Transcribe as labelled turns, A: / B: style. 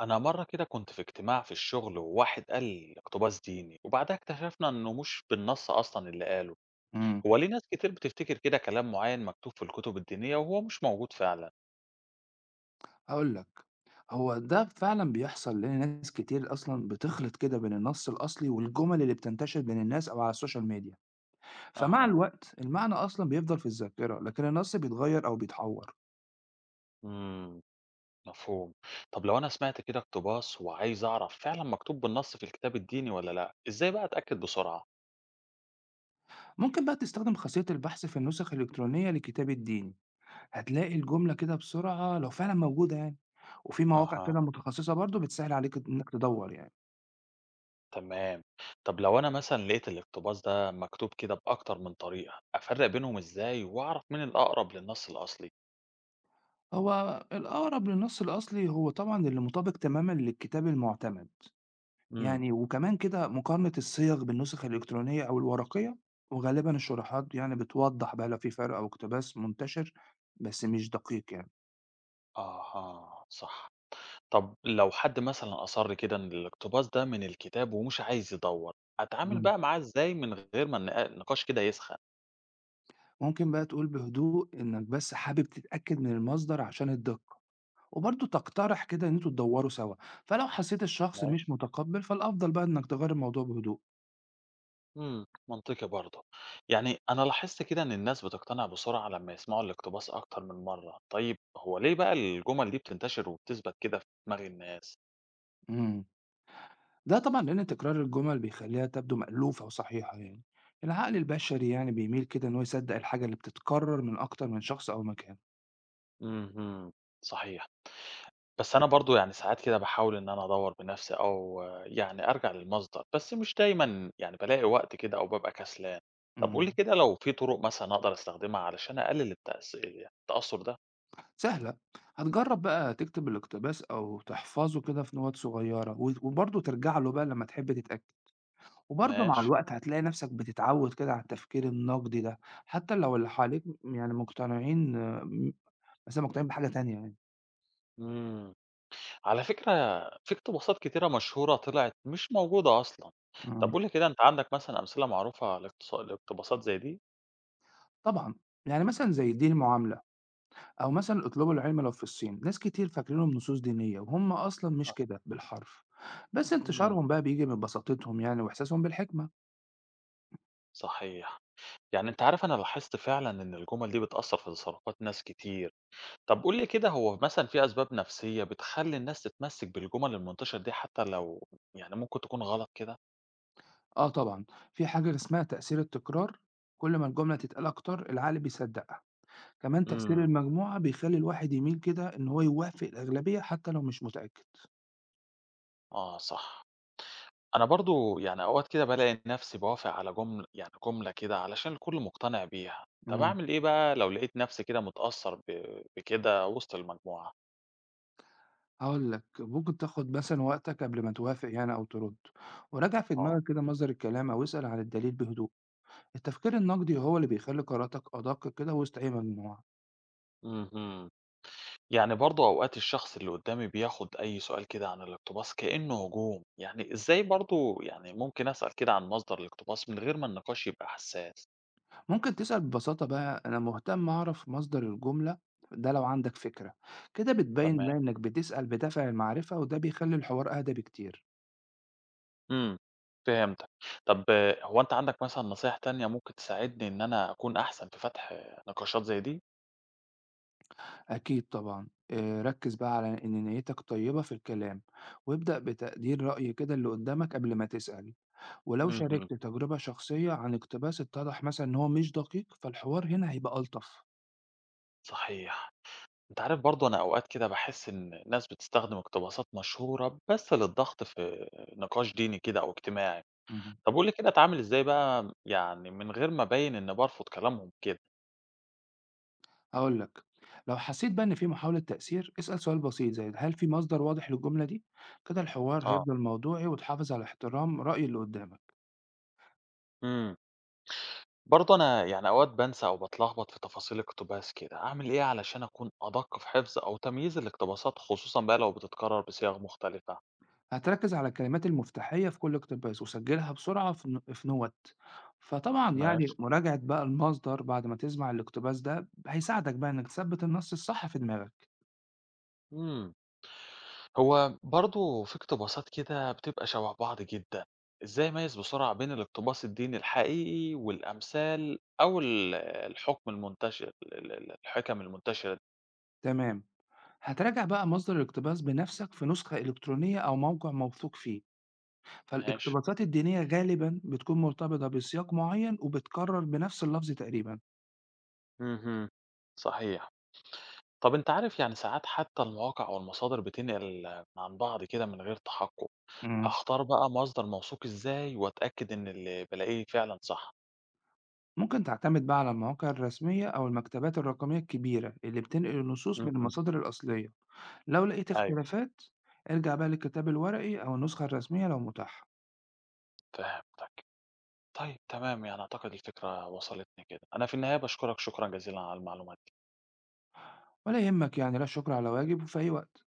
A: أنا مرة كده كنت في اجتماع في الشغل وواحد قال اقتباس ديني وبعدها اكتشفنا إنه مش بالنص أصلا اللي قاله،
B: إمم،
A: هو ليه ناس كتير بتفتكر كده كلام معين مكتوب في الكتب الدينية وهو مش موجود فعلا؟
B: هاقول لك، هو ده فعلًا بيحصل لإن ناس كتير أصلًا بتخلط كده بين النص الأصلي والجمل اللي بتنتشر بين الناس أو على السوشيال ميديا، فمع
A: أها.
B: الوقت المعنى أصلًا بيفضل في الذاكرة، لكن النص بيتغير أو بيتحوّر.
A: امم. مفهوم، طب لو أنا سمعت كده اقتباس وعايز أعرف فعلا مكتوب بالنص في الكتاب الديني ولا لأ، إزاي بقى أتأكد بسرعة؟
B: ممكن بقى تستخدم خاصية البحث في النسخ الإلكترونية للكتاب الديني، هتلاقي الجملة كده بسرعة لو فعلًا موجودة يعني، وفي مواقع
A: أها،
B: كده متخصصة برضه بتسهل عليك إنك تدوّر يعني.
A: تمام، طب لو أنا مثلا لقيت الاقتباس ده مكتوب كده بأكتر من طريقة، أفرق بينهم إزاي وأعرف مين الأقرب للنص الأصلي؟
B: هو الأقرب للنص الأصلي هو طبعًا اللي مطابق تمامًا للكتاب المعتمد. يعني وكمان كده مقارنة الصيغ بالنسخ الإلكترونية أو الورقية وغالبا الشروحات يعني بتوضح بقى لو في فرق أو اقتباس منتشر بس مش دقيق يعني.
A: أها، صح. طب لو حد مثلًا أصر كده إن الاقتباس ده من الكتاب ومش عايز يدوّر، أتعامل
B: مم.
A: بقى معاه إزاي من غير ما النقاش كده يسخن؟
B: ممكن بقى تقول بهدوء إنك بس حابب تتأكد من المصدر عشان الدقة وبرضه تقترح كده إن انتوا تدوروا سوا، فلو حسيت الشخص مش
A: ماشي.
B: متقبل فالأفضل بقى إنك تغير الموضوع بهدوء.
A: إمم، منطقي برضه. يعني أنا لاحظت كده إن الناس بتقتنع بسرعة لمّا يسمعوا الاقتباس أكتر من مرّة، طيب هو ليه بقى الجُمل دي بتنتشر وبتثبت كده في دماغ الناس؟
B: مم. ده طبعا لأن تكرار الجمل بيخليها تبدو مألوفة وصحيحة يعني العقل البشري يعني بيميل كده إن هو يصدق الحاجة اللي بتتكرر من أكتر من شخص أو مكان.
A: اهم، صحيح. بس أنا برضه يعني ساعات كده باحاول إن أنا أدوّر بنفسي أو يعني أرجع للمصدر، بس مش دايمًا يعني بالاقي وقت كده أو بابقى كسلان. طب قُل لي
B: إمم،
A: كده لو في طرق مثلًا أقدر أستخدمها علشان أقلل التأثّر ده؟
B: سهلة، هتجرّب بقى تكتب الاقتباس أو تحفظه كده في نوَت صغيّرة، وبرضه ترجع له بقى لمّا تحب تتأكد، وبرضه مع
A: ماشي.
B: الوقت هتلاقي نفْسك بتتعوّد كده على التفكير النقدي ده، حتى لو اللي حواليك م يعني مقتنعين آه، م مثلًا مقتنعين بحاجة تانية يعني.
A: إمم. على فكرة في اقتباسات كتيرة مشهورة طلعت مش موجودة أصلًا. طب
B: إمم،
A: قُل لي كده أنت عندك مثلًا أمثلة معروفة لاقتباسات زي دي؟
B: طبعًا، يعني مثلًا زي دين المعاملة، أو مثلًا اطلبوا العلم لو في الصين، ناس كتير فاكرينهم نصوص دينية وهُم أصلًا مش
A: آه.
B: كده بالحرف، بس
A: إمم.
B: انتشارهم بقى بييجي من بساطتهم يعني وإحساسهم بالحكمة.
A: صحيح. يعني أنت عارف أنا لاحظت فعلًا إن الجُمل دي بتأثّر في تصرفات ناس كتير. طب قُل لي كده هو مثلًا في أسباب نفسية بتخلّي الناس تتمسّك بالجُمل المنتشرة دي حتى لو يعني ممكن تكون غلط كده؟
B: آه طبعًا، في حاجة اسمها تأثير التكرار، كل ما الجملة تتقال أكتر العقل بيصدقها، كمان تأثير
A: إمم.
B: المجموعة بيخلّي الواحد يميل كده إن هو يوافق الأغلبية حتى لو مش متأكد.
A: آه صح. أنا برضه يعني أوقات كده بالاقي نفسي بافق على جمل يعني جملة كده علشان الكل مقتنع بيها. طب
B: إمم،
A: أعمل إيه بقى لو لقيت نفسي كده متأثّر بكده وسط المجموعة؟
B: هاقول لك ممكن تاخد مثلًا وقتك قبل ما توافق يعني أو ترد، وراجع في
A: آه.
B: دماغك كده مصدر الكلام أو اسأل عن الدليل بهدوء، التفكير النقدي هو اللي بيخلّي قراراتك أدق كده وسط أي مجموعة.
A: اهم. يعني برضه أوقات الشخص اللي قدّامي بياخُد أي سؤال كده عن الاقتباس كإنه هجوم، يعني إزاي برضه يعني ممكن أسأل كده عن مصدر الاقتباس من غير ما النقاش يبقى حساس؟
B: ممكن تسأل ببساطة بقى: أنا مهتم أعرف مصدر الجملة ده لو عندك فكرة. كده بتبين
A: تمام،
B: بقى إنك بتسأل بدافع المعرفة وده بيخلي الحوار أهدى بكتير.
A: إمم، فهمتك. طب هو أنت عندك مثلًا نصايح تانية ممكن تساعدني إن أنا أكون أحسن في فتح نقاشات زي دي؟
B: أكيد طبعا ركز بقى على إن نيتك طيبة في الكلام وابدأ بتقدير رأي كده اللي قدامك قبل ما تسأل، ولو
A: اهم.
B: شاركت تجربة شخصية عن اقتباس اتضح مثلا إن هو مش دقيق فالحوار هنا هيبقى ألطف.
A: صحيح. أنت عارف برضه أنا أوقات كده باحس إن الناس بتستخدم اقتباسات مشهورة بس للضغط في نقاش ديني كده أو اجتماعي.
B: مهم.
A: طب قُل لي كده أتعامل إزاي بقى يعني من غير ما أبيّن إني بارفض كلامهم كده؟
B: هاقول لك، لو حسيت بقى إن في محاولة تأثير، اسأل سؤال بسيط زي: هل في مصدر واضح للجملة دي؟ كده الحوار
A: آه.
B: هيفضل موضوعي وتحافظ على احترام رأي اللي قدامك.
A: إمم. برضه أنا يعني أوقات بانسى أو باتلخبط في تفاصيل اقتباس كده، أعمل إيه علشان أكون أدق في حفظ أو تمييز الاقتباسات خصوصًا بقى لو بتتكرر بصيغ مختلفة؟
B: هتركز على الكلمات المفتاحية في كل اقتباس وسجلها بسرعة في في نوت. فطبعا يعني
A: ماشي.
B: مراجعة بقى المصدر بعد ما تسمع الاقتباس ده هيساعدك بقى إنك تثبت النص الصح في دماغك.
A: إمم. هو برضه في اقتباسات كده بتبقى شبه بعض جدا، إزاي أميّز بسرعة بين الاقتباس الديني الحقيقي والأمثال أو ال الحكم المنتشر ال ال الحِكَم المنتشرة دي؟
B: تمام. هتراجع بقى مصدر الاقتباس بنفسك في نسخة إلكترونية أو موقع موثوق فيه.
A: ماشي.
B: فالاقتباسات الدينية غالبًا بتكون مرتبطة بسياق معيّن وبتكرر بنفس اللفظ تقريبًا.
A: اهم. صحيح. طب أنت عارف يعني ساعات حتى المواقع أو المصادر بتنقل عن بعض كده من غير تحقُّق.
B: إمم.
A: أختار بقى مصدر موثوق إزاي وأتأكد إن اللي بالاقيه فعلًا صح؟
B: ممكن تعتمد بقى على المواقع الرسمية أو المكتبات الرقمية الكبيرة اللي بتنقل النصوص من
A: اهم.
B: المصادر الأصلية. لو لقيت
A: أيوه،
B: اختلافات، ارجع بقى للكتاب الورقي أو النسخة الرسمية لو متاحة.
A: فهمتك. طيب تمام، يعني أعتقد الفكرة وصلتني كده. أنا في النهاية باشكرك شكرًا جزيلًا على المعلومات.
B: ولا يهمك يعني، لا شكر على واجب، وفي أي وقت.